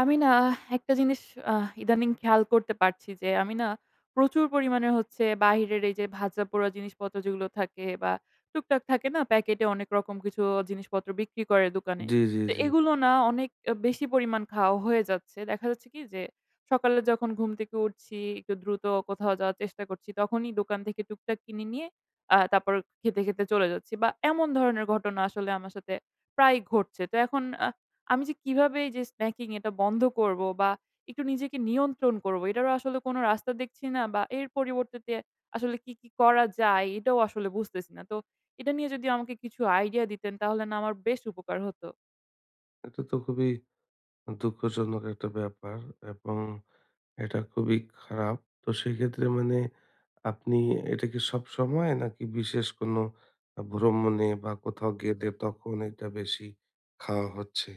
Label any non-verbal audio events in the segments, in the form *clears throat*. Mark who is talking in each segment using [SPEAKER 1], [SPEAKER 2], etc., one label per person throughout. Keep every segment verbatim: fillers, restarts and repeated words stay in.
[SPEAKER 1] আমি না, একটা জিনিস আহ ইদানিং খেয়াল করতে পারছি যে আমি না, প্রচুর পরিমাণে হচ্ছে বাইরের এই যে ভাজাপোড়া জিনিসপত্র যেগুলো থাকে, বা টুকটাক থাকে না, প্যাকেটে অনেক রকম কিছু জিনিসপত্র বিক্রি করে দোকানে।
[SPEAKER 2] জি, জি,
[SPEAKER 1] তো
[SPEAKER 2] জি।
[SPEAKER 1] এগুলো না অনেক আহ, বেশি পরিমাণ খাওয়া হয়ে যাচ্ছে। দেখা যাচ্ছে কি যে সকালে যখন ঘুম থেকে উঠছি, একটু দ্রুত কোথাও যাওয়ার চেষ্টা করছি, তখনই দোকান থেকে টুকটাক কিনে নিয়ে আহ তারপর খেতে খেতে চলে যাচ্ছি, বা এমন ধরনের ঘটনা আসলে আমার সাথে প্রায় ঘটছে। তো এখন আমি যে কিভাবে এই যে স্ন্যাকিং এটা বন্ধ করব বা একটু নিজেকে নিয়ন্ত্রণ করব, এটারও আসলে কোনো রাস্তা দেখছি না, বা এর পরিবর্তে আসলে কি, কি করা যায় এটাও আসলে বুঝতেছি না। তো এটা নিয়ে যদি আমাকে কিছু আইডিয়া দিতেন তাহলে না আমার বেশ উপকার হতো।
[SPEAKER 2] এটা তো খুবই দুঃখজনক একটা ব্যাপার এবং এটা খুবই খারাপ। তো সেক্ষেত্রে মানে আপনি এটা কি সবসময় নাকি বিশেষ কোনো আ ভ্রমণে বা কোথাও গেলে তখন এটা বেশি খাওয়া হচ্ছে?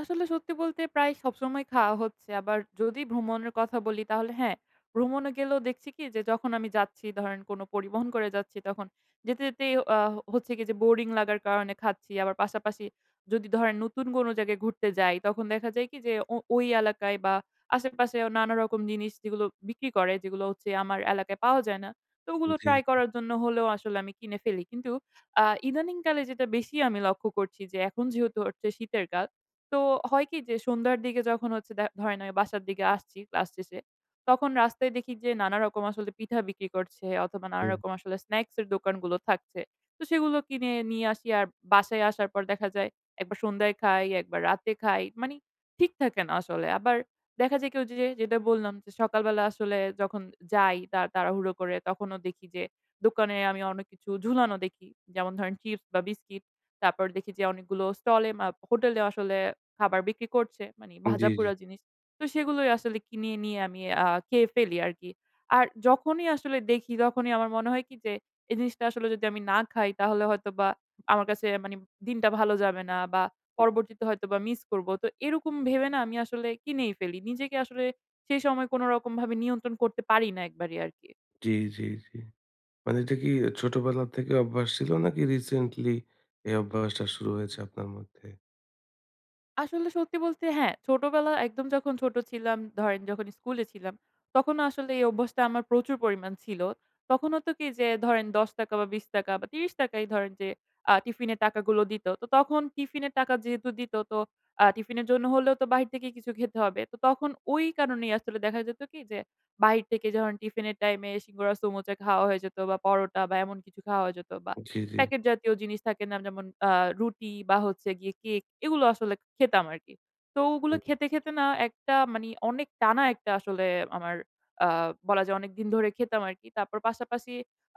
[SPEAKER 1] আসলে সত্যি বলতে প্রায় সবসময় খাওয়া হচ্ছে। আবার যদি ভ্রমণের কথা বলি তাহলে হ্যাঁ, ভ্রমণে গেলেও দেখছি কি যে যখন আমি যাচ্ছি, ধরেন কোনো পরিবহন করে যাচ্ছি, তখন যেতে, যেতেই আ হচ্ছে কি যে বোরিং লাগার কারণে খাচ্ছি। আবার পাশাপাশি যদি ধরেন নতুন কোনো জায়গায় ঘুরতে যাই, তখন দেখা যায় কি যে ও ওই এলাকায় বা আশেপাশে নানা রকম জিনিস যেগুলো বিক্রি করে, যেগুলো হচ্ছে আমার এলাকায় পাওয়া যায় না। তো ওগুলো
[SPEAKER 2] জি,
[SPEAKER 1] ট্রাই করার জন্য হলেও আসলে আমি কিনে ফেলি। কিন্তু আ ইদানিংকালে যেটা বেশি আমি লক্ষ্য করছি, যে এখন যেহেতু হচ্ছে শীতের কাল, তো হয় কি যে সন্ধ্যার দিকে যখন হচ্ছে দে ধরেন আমি বাসার দিকে আসছি ক্লাস শেষে, তখন রাস্তায় দেখি যে নানা রকম আসলে পিঠা বিক্রি করছে, অথবা নানা
[SPEAKER 2] হুম,
[SPEAKER 1] রকম আসলে স্ন্যাকস এর দোকানগুলো থাকছে। তো সেগুলো কিনে নিয়ে আসি, আর বাসায় আসার পর দেখা যায় একবার সন্ধ্যায় খাই, একবার রাতে খাই। মানি ঠিক থাকে না আসলে। আবার দেখা যায় কি ওই যে যেটা বললাম যে সকালবেলা আসলে যখন যাই তা তাড়াহুড়ো করে, তখনও দেখি যে দোকানে আমি অনেক কিছু ঝুলানো দেখি। যেমন ধরেন চিপস বা বিস্কিট। তারপর দেখি যে অনেকগুলো স্টলে মা হোটেলে আসলে খাবার বিক্রি করছে, মানে
[SPEAKER 2] জি, জি,
[SPEAKER 1] ভাজাপোড়া জিনিস। তো সেগুলোই আসলে কিনে নিয়ে আমি আ খেয়ে ফেলি আরকি। আর যখনই আসলে দেখি তখনই আমার মনে হয় কি যে এই জিনিসটা আসলে যদি আমি না খাই তাহলে হয়তোবা আমার কাছে মানে দিনটা ভালো যাবে না, বা
[SPEAKER 2] হুম,
[SPEAKER 1] পরবর্তীতে হয়তোবা মিস করব। তো এরকম ভেবে না আমি আসলে কিনেই ফেলি। নিজেকে আসলে সেই সময় কোনরকমভাবে নিয়ন্ত্রণ করতে পারি না একবারেই আরকি।
[SPEAKER 2] জি, জি, জি। মানে এটা কি ছোটবেলা থেকে অভ্যাস ছিল নাকি রিসেন্টলি এই অভ্যাসটা শুরু হয়েছে আপনার মধ্যে?
[SPEAKER 1] আসলে সত্যি বলতে হ্যাঁ, ছোটবেলা একদম যখন ছোট ছিলাম, ধরেন যখন স্কুলে ছিলাম, তখনও আসলে এই অভ্যাসটা আমার প্রচুর পরিমাণ ছিল। তখন হতো কি যে ধরেন ৳দশ বা ৳বিশ বা ৳ত্রিশ ই ধরেন যে আ টিফিনের টাকাগুলো দিত। তো তখন টিফিনের টাকা যেহেতু দিত, তো আ টিফিনের জন্য হলেও তো বাহির থেকে কিছু খেতে হবে। তো তখন ওই কারণেই আসলে দেখা যেত কি যে বাহির থেকে যখন টিফিনের টাইমে সিঙ্গারা, সমুচা খাওয়া হয়ে যেত, বা পরোটা বা এমন কিছু খাওয়া হয়ে যেত, বা
[SPEAKER 2] জি, জি,
[SPEAKER 1] প্যাকেট জাতীয় জিনিস থাকে না, যেমন আ রুটি বা হচ্ছে গিয়ে কেক, এগুলো আসলে খেতাম আরকি। তো ওগুলো
[SPEAKER 2] হুম,
[SPEAKER 1] খেতে, খেতে না একটা মানি অনেক টানা, একটা আসলে আমার আ বলা যায় অনেকদিন ধরে খেতাম আরকি। তারপর পাশাপাশি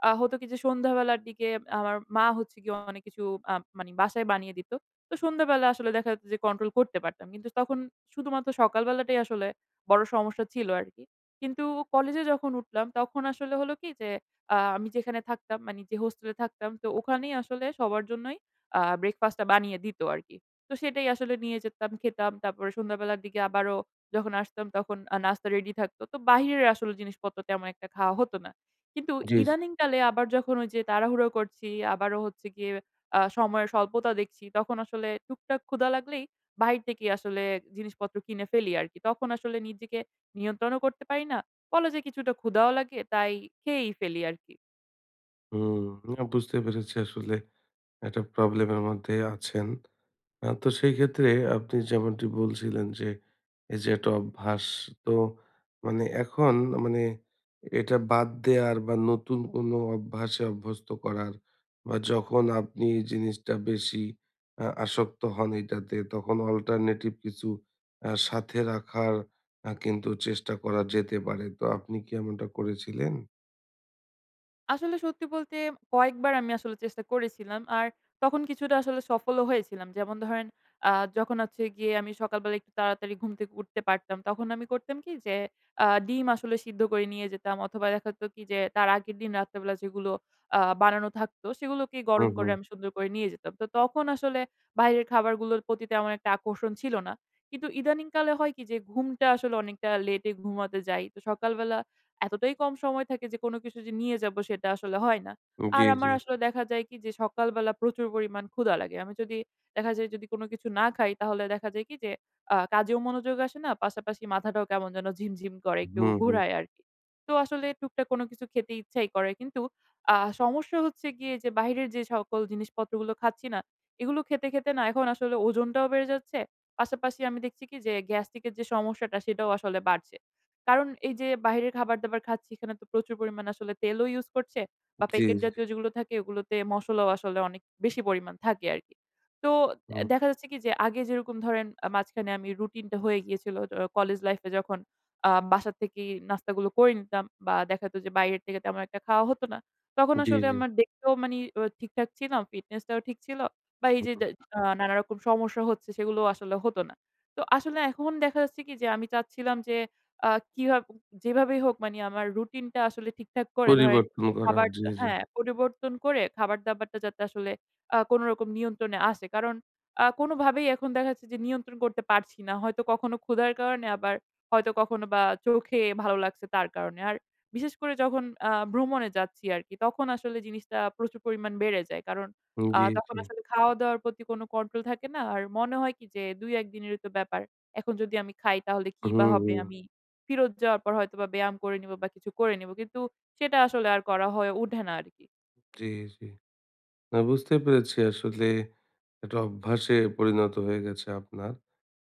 [SPEAKER 1] আ হতো কি যে সন্ধ্যাবেলার দিকে আমার মা হচ্ছে গিয়ে অনেক কিছু আ মানি বাসায় বানিয়ে দিত। তো সন্ধ্যাবেলা আসলে দেখা যেত যে কন্ট্রোল করতে পারতাম। কিন্তু তখন শুধুমাত্র সকালবেলাটাই আসলে বড় সমস্যা ছিল আরকি। কিন্তু কলেজে যখন উঠলাম তখন আসলে হলো কি যে আ আমি যেখানে থাকতাম, মানে যে হোস্টেলে থাকতাম, তো ওখানেই আসলে সবার জন্যই আ ব্রেকফাস্টটা বানিয়ে দিত আরকি। তো সেটাই আসলে নিয়ে যেতাম, খেতাম। তারপরে সন্ধ্যাবেলার দিকে আবারও যখন আসতাম তখন আ নাস্তা রেডি থাকতো। তো বাহিরের আসলে জিনিসপত্র তেমন একটা খাওয়া হতো না। কিন্তু
[SPEAKER 2] জি, জি,
[SPEAKER 1] ইদানিংকালে আবার যখন ওই যে তাড়াহুড়ো করছি, আবারও হচ্ছে গিয়ে আ সময়ের স্বল্পতা দেখছি, তখন আসলে টুকটাক ক্ষুধা লাগলেই বাহির থেকেই আসলে জিনিসপত্র কিনে ফেলি আরকি। তখন আসলে নিজেকে নিয়ন্ত্রণও করতে পারি না। বলা যায় কিছুটা ক্ষুধাও লাগে, তাই খেয়েই ফেলি আরকি।
[SPEAKER 2] হুম, না বুঝতে পেরেছি আসলে একটা প্রবলেমের মধ্যে আছেন। আ তো সেই ক্ষেত্রে আপনি যেমনটি বলছিলেন যে, এই যে একটা অভ্যাস তো মানে এখন মানে এটা বাদ দেয়ার বা নতুন কোনো অভ্যাসে অভ্যস্ত করার বা যখন আপনি এই জিনিসটা বেশি আ আসক্ত হন এটাতে তখন অল্টারনেটিভ কিছু আ সাথে রাখার আ কিন্তু চেষ্টা করা যেতে পারে। তো আপনি কি এমনটা করেছিলেন?
[SPEAKER 1] আসলে সত্যি বলতে কয়েকবার আমি আসলে চেষ্টা করেছিলাম। আর তখন কিছুটা আসলে সফলও হয়েছিলাম। যেমন ধরেন, আ যখন হচ্ছে গিয়ে আমি সকালবেলা একটু তাড়াতাড়ি ঘুম থেকে উঠতে পারতাম, তখন আমি করতাম কি যে আ ডিম আসলে সিদ্ধ করে নিয়ে যেতাম, অথবা দেখা যেত কি যে তার আগের দিন রাত্রেবেলা যেগুলো আ বানানো থাকতো সেগুলোকে
[SPEAKER 2] হুম,
[SPEAKER 1] গরম করে
[SPEAKER 2] হুম।
[SPEAKER 1] আমি সুন্দর করে নিয়ে যেতাম। তো তখন আসলে বাইরের খাবারগুলোর প্রতি তেমন একটা আকর্ষণ ছিল না। কিন্তু ইদানিংকালে হয় কি যে ঘুমটা আসলে অনেকটা লেটে ঘুমাতে যাই। তো সকালবেলা এতটাই কম সময় থাকে যে কোনো কিছু যে নিয়ে যাব সেটা আসলে হয় না।
[SPEAKER 2] জি,
[SPEAKER 1] আর
[SPEAKER 2] জি,
[SPEAKER 1] আমার
[SPEAKER 2] জি।
[SPEAKER 1] আসলে দেখা যায় কি যে সকালবেলা প্রচুর পরিমাণ ক্ষুধা লাগে। আমি যদি দেখা যায়, যদি কোনো কিছু না খাই, তাহলে দেখা যায় কি যে আ কাজেও মনোযোগ আসে না, পাশাপাশি মাথাটাও কেমন যেন ঝিমঝিম করে, একটু
[SPEAKER 2] হুম, হুম।
[SPEAKER 1] ঘোরায় আরকি। তো আসলে টুকটাক কোনো কিছু খেতে ইচ্ছাই করে। কিন্তু আ সমস্যা হচ্ছে গিয়ে যে বাইরের যে সকল জিনিসপত্রগুলো খাচ্ছি না, এগুলো খেতে, খেতে না এখন আসলে ওজনটাও বেড়ে যাচ্ছে। পাশাপাশি আমি দেখছি কি যে গ্যাস্ট্রিক এর যে সমস্যাটা সেটাও আসলে বাড়ছে। কারণ এই যে বাহিরের খাবার-দাবার খাচ্ছি, এখানে তো প্রচুর পরিমাণে আসলে তেলও ইউজ করছে, বা
[SPEAKER 2] জি,
[SPEAKER 1] প্যাকেট
[SPEAKER 2] জি।
[SPEAKER 1] জাতীয় যেগুলো থাকে ওগুলোতে মসলাও আসলে অনেক বেশি পরিমাণ থাকে আরকি। তো এ
[SPEAKER 2] হুম।
[SPEAKER 1] দেখা যাচ্ছে কি যে আগে যেরকম ধরেন আ মাঝখানে আমি রুটিনটা হয়ে গিয়েছিল য কলেজ লাইফে, যখন আ বাসা থেকেই নাস্তাগুলো করে নিতাম, বা দেখা যেত যে বাইরের থেকে তেমন একটা খাওয়া হতো না। তখন
[SPEAKER 2] জি,
[SPEAKER 1] আসলে
[SPEAKER 2] জি।
[SPEAKER 1] আমার দেখতেও মানি অ ঠিকঠাক ছিলাম, ফিটনেসটাও ঠিক ছিল, বা এই যে
[SPEAKER 2] হুম।
[SPEAKER 1] দে আ নানারকম সমস্যা হচ্ছে সেগুলোও আসলে হতো না। তো আসলে এখন দেখা যাচ্ছে কি যে আমি চাচ্ছিলাম যে আ কিভাব যেভাবেই হোক মানি আমার রুটিনটা আসলে ঠিকঠাক করে ধরেন
[SPEAKER 2] পরিবর্তন করা।
[SPEAKER 1] খাবার,
[SPEAKER 2] জি, জি।
[SPEAKER 1] হ্যাঁ, পরিবর্তন করে খাবার-দাবারটা যাতে আসলে আ কোনরকম নিয়ন্ত্রণে আসে। কারণ আ কোনভাবেই এখন দেখা যাচ্ছে যে নিয়ন্ত্রণ করতে পারছি না। হয়তো কখনো ক্ষুধার কারণে, আবার হয়তো কখনো বা চোখে ভালো লাগছে তার কারণে। আর বিশেষ করে যখন আ ভ্রমণে যাচ্ছি আরকি, তখন আসলে জিনিসটা প্রচুর পরিমাণ বেড়ে যায়। কারণ আ
[SPEAKER 2] জি,
[SPEAKER 1] তখন
[SPEAKER 2] জি।
[SPEAKER 1] আসলে খাওয়া-দাওয়ার প্রতি কোনো কন্ট্রোল থাকে না। আর মনে হয় কি যে দুই এক দিনেরই তো ব্যাপার। এখন যদি আমি খাই তাহলে কি বা
[SPEAKER 2] হুম,
[SPEAKER 1] হবে?
[SPEAKER 2] হুম।
[SPEAKER 1] আমি ফেরত যাওয়ার পর হয়তোবা ব্যায়াম করে নিব বা কিছু করে নিব। কিন্তু সেটা আসলে আর করা হয়ে ওঠে না আরকি।
[SPEAKER 2] জি, জি। না বুঝতে পেরেছি আসলে একটা অভ্যাসে পরিণত হয়ে গেছে আপনার।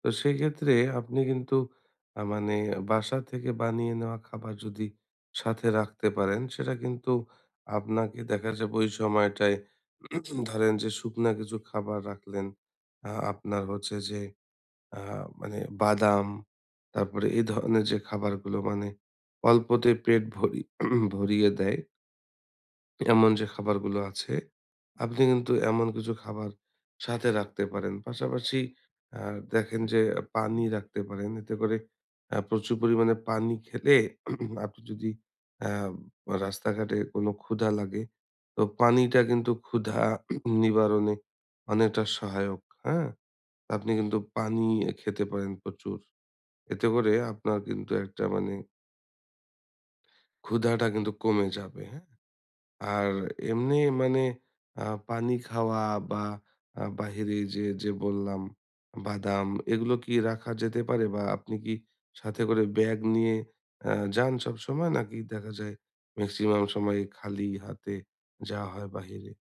[SPEAKER 2] তো সেক্ষেত্রে আপনি কিন্তু আ মানে বাসা থেকে বানিয়ে নেওয়া খাবার যদি সাথে রাখতে পারেন সেটা কিন্তু আপনাকে দেখা যাবে ওই সময়টায় ধরেন যে শুকনা কিছু খাবার রাখলেন। আ আপনার হচ্ছে যে আ মানে বাদাম, তারপরে এই ধরনের যে খাবারগুলো মানে অল্পতে পেট ভরি *clears throat* ভরিয়ে দেয়, এমন যে খাবারগুলো আছে, আপনি কিন্তু এমন কিছু খাবার সাথে রাখতে পারেন। পাশাপাশি আ দেখেন যে পানি রাখতে পারেন। এতে করে আ প্রচুর পরিমাণে পানি খেলে *clears throat* আপনি যদি আ রাস্তাঘাটে কোনো ক্ষুধা লাগে, তো পানিটা কিন্তু ক্ষুধা *clears throat* নিবারণে অনেকটা সহায়ক, হ্যাঁ? আপনি কিন্তু পানি খেতে পারেন প্রচুর। এতে করে আপনার কিন্তু একটা মানে ক্ষুধাটা কিন্তু কমে যাবে, হ্যাঁ? আর এমনি মানে আ পানি খাওয়া বা আ বাহিরে যে, যে বললাম বাদাম এগুলো কি রাখা যেতে পারে? বা আপনি কি সাথে করে ব্যাগ নিয়ে আ যান সবসময়? নাকি দেখা যায় মেক্সিমাম সময়ে খালি হাতে যাওয়া হয় বাহিরে?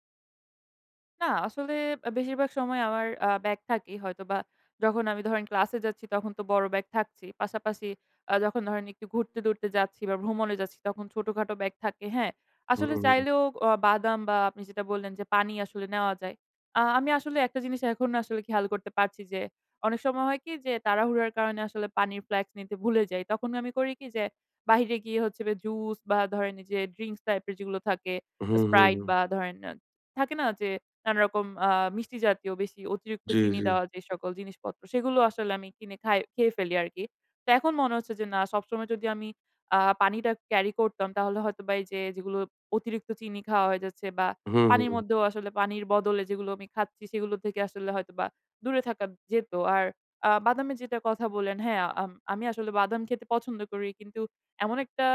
[SPEAKER 1] না, আসলে আ বেশিরভাগ সময় আমার আ ব্যাগ থাকেই হয়তোবা, যখন আমি ধরেন ক্লাসে যাচ্ছি তখন তো বড় ব্যাগ থাকছেই। পাশাপাশি আ যখন ধরেন একটু ঘুরতে-টুরতে যাচ্ছি বা ভ্রমণে যাচ্ছি তখন ছোটখাটো ব্যাগ থাকে, হ্যাঁ?
[SPEAKER 2] হুম,
[SPEAKER 1] আসলে
[SPEAKER 2] হুম।
[SPEAKER 1] চাইলেও অ বাদাম বা আপনি যেটা বললেন যে পানি আসলে নেওয়া যায়। আ আমি আসলে একটা জিনিস এখন আসলে খেয়াল করতে পারছি যে অনেক সময় হয় কি যে তাড়াহুড়ার কারণে আসলে পানির ফ্লাস্ক নিতে ভুলে যাই। তখন আমি করি কি যে বাহিরে গিয়ে হচ্ছে বে জুস, বা ধরেন এই যে ড্রিংকস টাইপের যেগুলো থাকে,
[SPEAKER 2] হুম, হুম,
[SPEAKER 1] Sprite,
[SPEAKER 2] হুম।
[SPEAKER 1] বা ধরেন আ থাকে না যে নানারকম আ মিষ্টি জাতীয় বেশি অতিরিক্ত
[SPEAKER 2] জি,
[SPEAKER 1] চিনি
[SPEAKER 2] জি।
[SPEAKER 1] দেওয়া যে সকল জিনিসপত্র, সেগুলো আসলে আমি কিনে খাই খেয়ে ফেলি আরকি। তো এখন মনে হচ্ছে যে না, সবসময় যদি আমি আ পানিটা ক্যারি করতাম তাহলে হয়তোবা এই যে যেগুলো অতিরিক্ত চিনি খাওয়া হয়ে যাচ্ছে, বা
[SPEAKER 2] হুম,
[SPEAKER 1] পানির
[SPEAKER 2] হুম।
[SPEAKER 1] মধ্যেও আসলে পানির বদলে যেগুলো আমি খাচ্ছি সেগুলো থেকে আসলে হয়তোবা দূরে থাকা যেত। আর আ বাদামের যেটা কথা বললেন, হ্যাঁ, আম আমি আসলে বাদাম খেতে পছন্দ করি। কিন্তু এমন একটা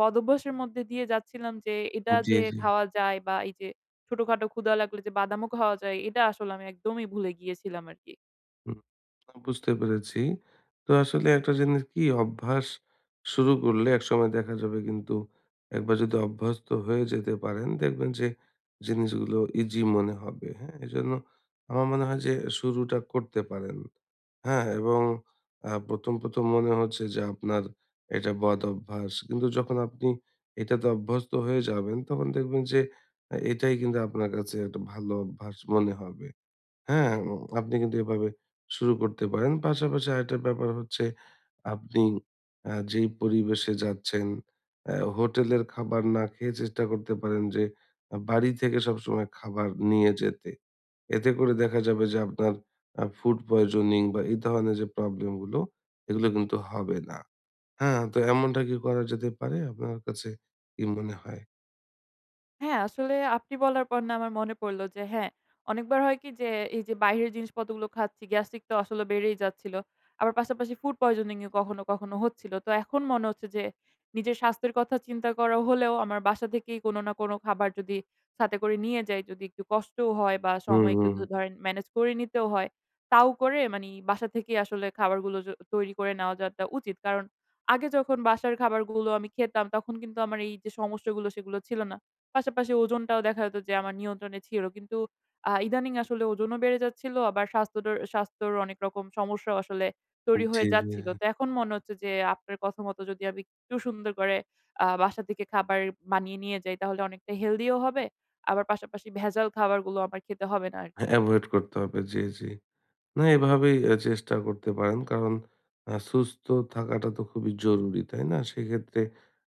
[SPEAKER 1] বদভ্যাসের মধ্যে দিয়ে যাচ্ছিলাম যে এটা
[SPEAKER 2] হুম। জি,
[SPEAKER 1] যে
[SPEAKER 2] জি।
[SPEAKER 1] খাওয়া যায়, বা এই যে ছোটখাটো ক্ষুধা লাগলে যে বাদামও খাওয়া যায়, এটা আসলে আমি একদমই ভুলে গিয়েছিলাম আরকি।
[SPEAKER 2] হুম। বুঝতে পেরেছি। তো আসলে একটা জিনিস কি অভ্যাস শুরু করলে একসময় দেখা যাবে কিন্তু একবার যদি অভ্যস্ত হয়ে যেতে পারেন দেখবেন যে জিনিসগুলো ইজি মনে হবে। হ্যাঁ? এজন্য আমার মনে হয় যে শুরুটা করতে পারেন। হ্যাঁ? এবং আ ১ম, ১ম মনে হচ্ছে যে আপনার এটা বদ অভ্যাস। কিন্তু যখন আপনি এটাতে অভ্যস্ত হয়ে যাবেন তখন দেখবেন যে আ এটাই কিন্তু আপনার কাছে একটা ভালো অভ্যাস মনে হবে। হ্যাঁ, উম আপনি কিন্তু এভাবে শুরু করতে পারেন। পাশাপাশি আরেকটা ব্যাপার হচ্ছে আপনি আ যেই পরিবেশে যাচ্ছেন, অ্যা হোটেলের খাবার না খেয়ে চেষ্টা করতে পারেন যে আ বাড়ি থেকে সবসময় খাবার নিয়ে যেতে। এতে করে দেখা যাবে যে আপনার আ ফুড পয়জনিং বা এই ধরনের যে প্রবলেম গুলো, এগুলো কিন্তু হবে না। হ্যাঁ, তো এমনটা কি করা যেতে পারে? আপনার কাছে কি মনে হয়?
[SPEAKER 1] হ্যাঁ, আসলে আপনি বলার পর না আমার মনে পড়ল যে হ্যাঁ, অনেকবার হয় কি যে এই যে বাইরের জিনিসপত্রগুলো খাচ্ছি, গ্যাস্ট্রিক তো আসলে বেড়েই যাচ্ছিল। আবার পাশাপাশি ফুড পয়জনিং ও কখনো, কখনো হচ্ছিল। তো এখন মনে হচ্ছে যে নিজের স্বাস্থ্যের কথা চিন্তা করা হলেও আমার বাসা থেকেই কোনো না কোনো খাবার যদি সাথে করে নিয়ে যাই, যদি একটু কষ্টও হয় বা
[SPEAKER 2] হুম,
[SPEAKER 1] সময় একটু
[SPEAKER 2] হুম।
[SPEAKER 1] ধ ধরেন ম্যানেজ করে নিতেও হয়, তাও করে মানি বাসা থেকেই আসলে খাবারগুলো জ তৈরি করে নেওয়া যাওয়াটা উচিত। কারণ আগে যখন বাসার খাবারগুলো আমি খেতাম তখন কিন্তু আমার এই যে সমস্যাগুলো সেগুলো ছিল না। পাশাপাশি ওজনটাও দেখা যেত যে আমার নিয়ন্ত্রণে ছিল। কিন্তু আ ইদানিং আসলে ওজনও বেড়ে যাচ্ছিল, আবার স্বাস্থ্যডর স্বাস্থ্যর অনেক রকম সমস্যাও আসলে তৈরি
[SPEAKER 2] জি,
[SPEAKER 1] হয়ে
[SPEAKER 2] জি।
[SPEAKER 1] যাচ্ছিল। তো এখন মনে হচ্ছে যে আপনার কথা মতো যদি আমি একটু সুন্দর করে আ বাসা থেকে খাবার বানিয়ে নিয়ে যাই তাহলে অনেকটা হেলদিও হবে। আবার পাশাপাশি ভেজাল খাবারগুলো আমার খেতে হবে না
[SPEAKER 2] হ্যাঁ,
[SPEAKER 1] আরকি।
[SPEAKER 2] এভয়েড করতে হবে। জি, জি। না এভাবেই আ চেষ্টা করতে পারেন। কারণ আ সুস্থ থাকাটা তো খুবই জরুরি, তাই না? সেক্ষেত্রে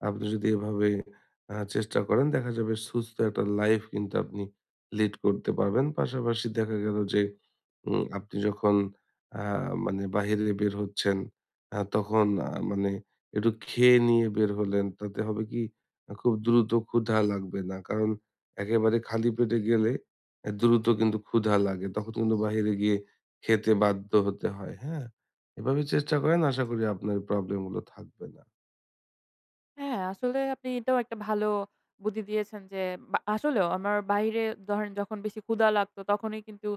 [SPEAKER 2] আপনি যদি এভাবে আ চেষ্টা করেন দেখা যাবে সুস্থ একটা লাইফ কিন্তু আপনি লিড করতে পারবেন। পাশাপাশি দেখা গেল যে উম আপনি যখন আ মানে বাহিরে বের হচ্ছেন, আ তখন আ মানে একটু খেয়ে নিয়ে বের হলেন। তাতে হবে কি আ খুব দ্রুত ক্ষুধা লাগবে না। কারণ একেবারে খালি পেটে গেলে এ দ্রুত কিন্তু ক্ষুধা লাগে। তখন কিন্তু বাহিরে গিয়ে খেতে বাধ্য হতে হয়, হ্যাঁ? এভাবে চেষ্টা করেন আশা করি আপনার প্রবলেম গুলো থাকবে না।
[SPEAKER 1] হ্যাঁ, আসলে আপনি এটাও একটা ভালো বুদ্ধি দিয়েছেন যে, বা আসলেও আমার বাইরে ধরেন যখন বেশি ক্ষুধা লাগতো তখনই কিন্তু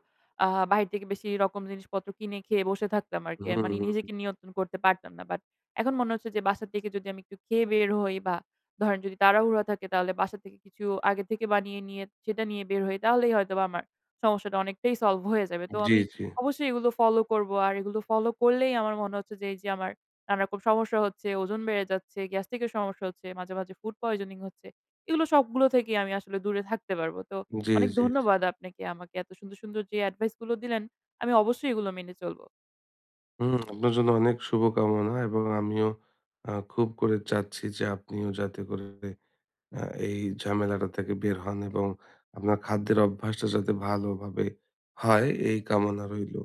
[SPEAKER 1] আ বাহির থেকে বেশি রকম জিনিসপত্র কিনে খেয়ে বসে থাকতাম আরকি।
[SPEAKER 2] হুম,
[SPEAKER 1] মানে
[SPEAKER 2] হুম।
[SPEAKER 1] নিজেকে নিয়ন্ত্রণ করতে পারতাম না। বাট এখন মনে হচ্ছে যে বাসা থেকে যদি আমি একটু খেয়ে বের হই, বা ধরেন যদি তাড়াহুড়া থাকে তাহলে বাসা থেকে কিছু আগে থেকে বানিয়ে নিয়ে সেটা নিয়ে বের হই, তাহলেই হয়তোবা আমার সমস্যাটা অনেকটাই সলভ হয়ে যাবে। তো
[SPEAKER 2] জি,
[SPEAKER 1] আমি
[SPEAKER 2] জি।
[SPEAKER 1] অবশ্যই এগুলো ফলো করব। আর এগুলো ফলো করলেই আমার মনে হচ্ছে যে এই যে আমার নানারকম সমস্যা হচ্ছে, ওজন বেড়ে যাচ্ছে, গ্যাস্ট্রিকের সমস্যা হচ্ছে, মাঝে, মাঝে ফুড পয়জনিং হচ্ছে, এগুলো সবগুলো থেকেই আমি আসলে দূরে থাকতে পারবো। তো
[SPEAKER 2] জি,
[SPEAKER 1] অনেক
[SPEAKER 2] জি, জি।
[SPEAKER 1] ধন্যবাদ আপনাকে, আমাকে এত সুন্দর, সুন্দর যে অ্যাডভাইসগুলো দিলেন, আমি অবশ্যই এগুলো মেনে চলব।
[SPEAKER 2] হুম, আপনার জন্য অনেক শুভকামনা এবং আমিও আ খুব করে চাচ্ছি যে আপনিও যাতে করে হ্যাঁ, এই ঝামেলাটা থেকে বের হন এবং আপনার খাদ্যের অভ্যাসটা যাতে ভালোভাবে হয় এই কামনা রইল।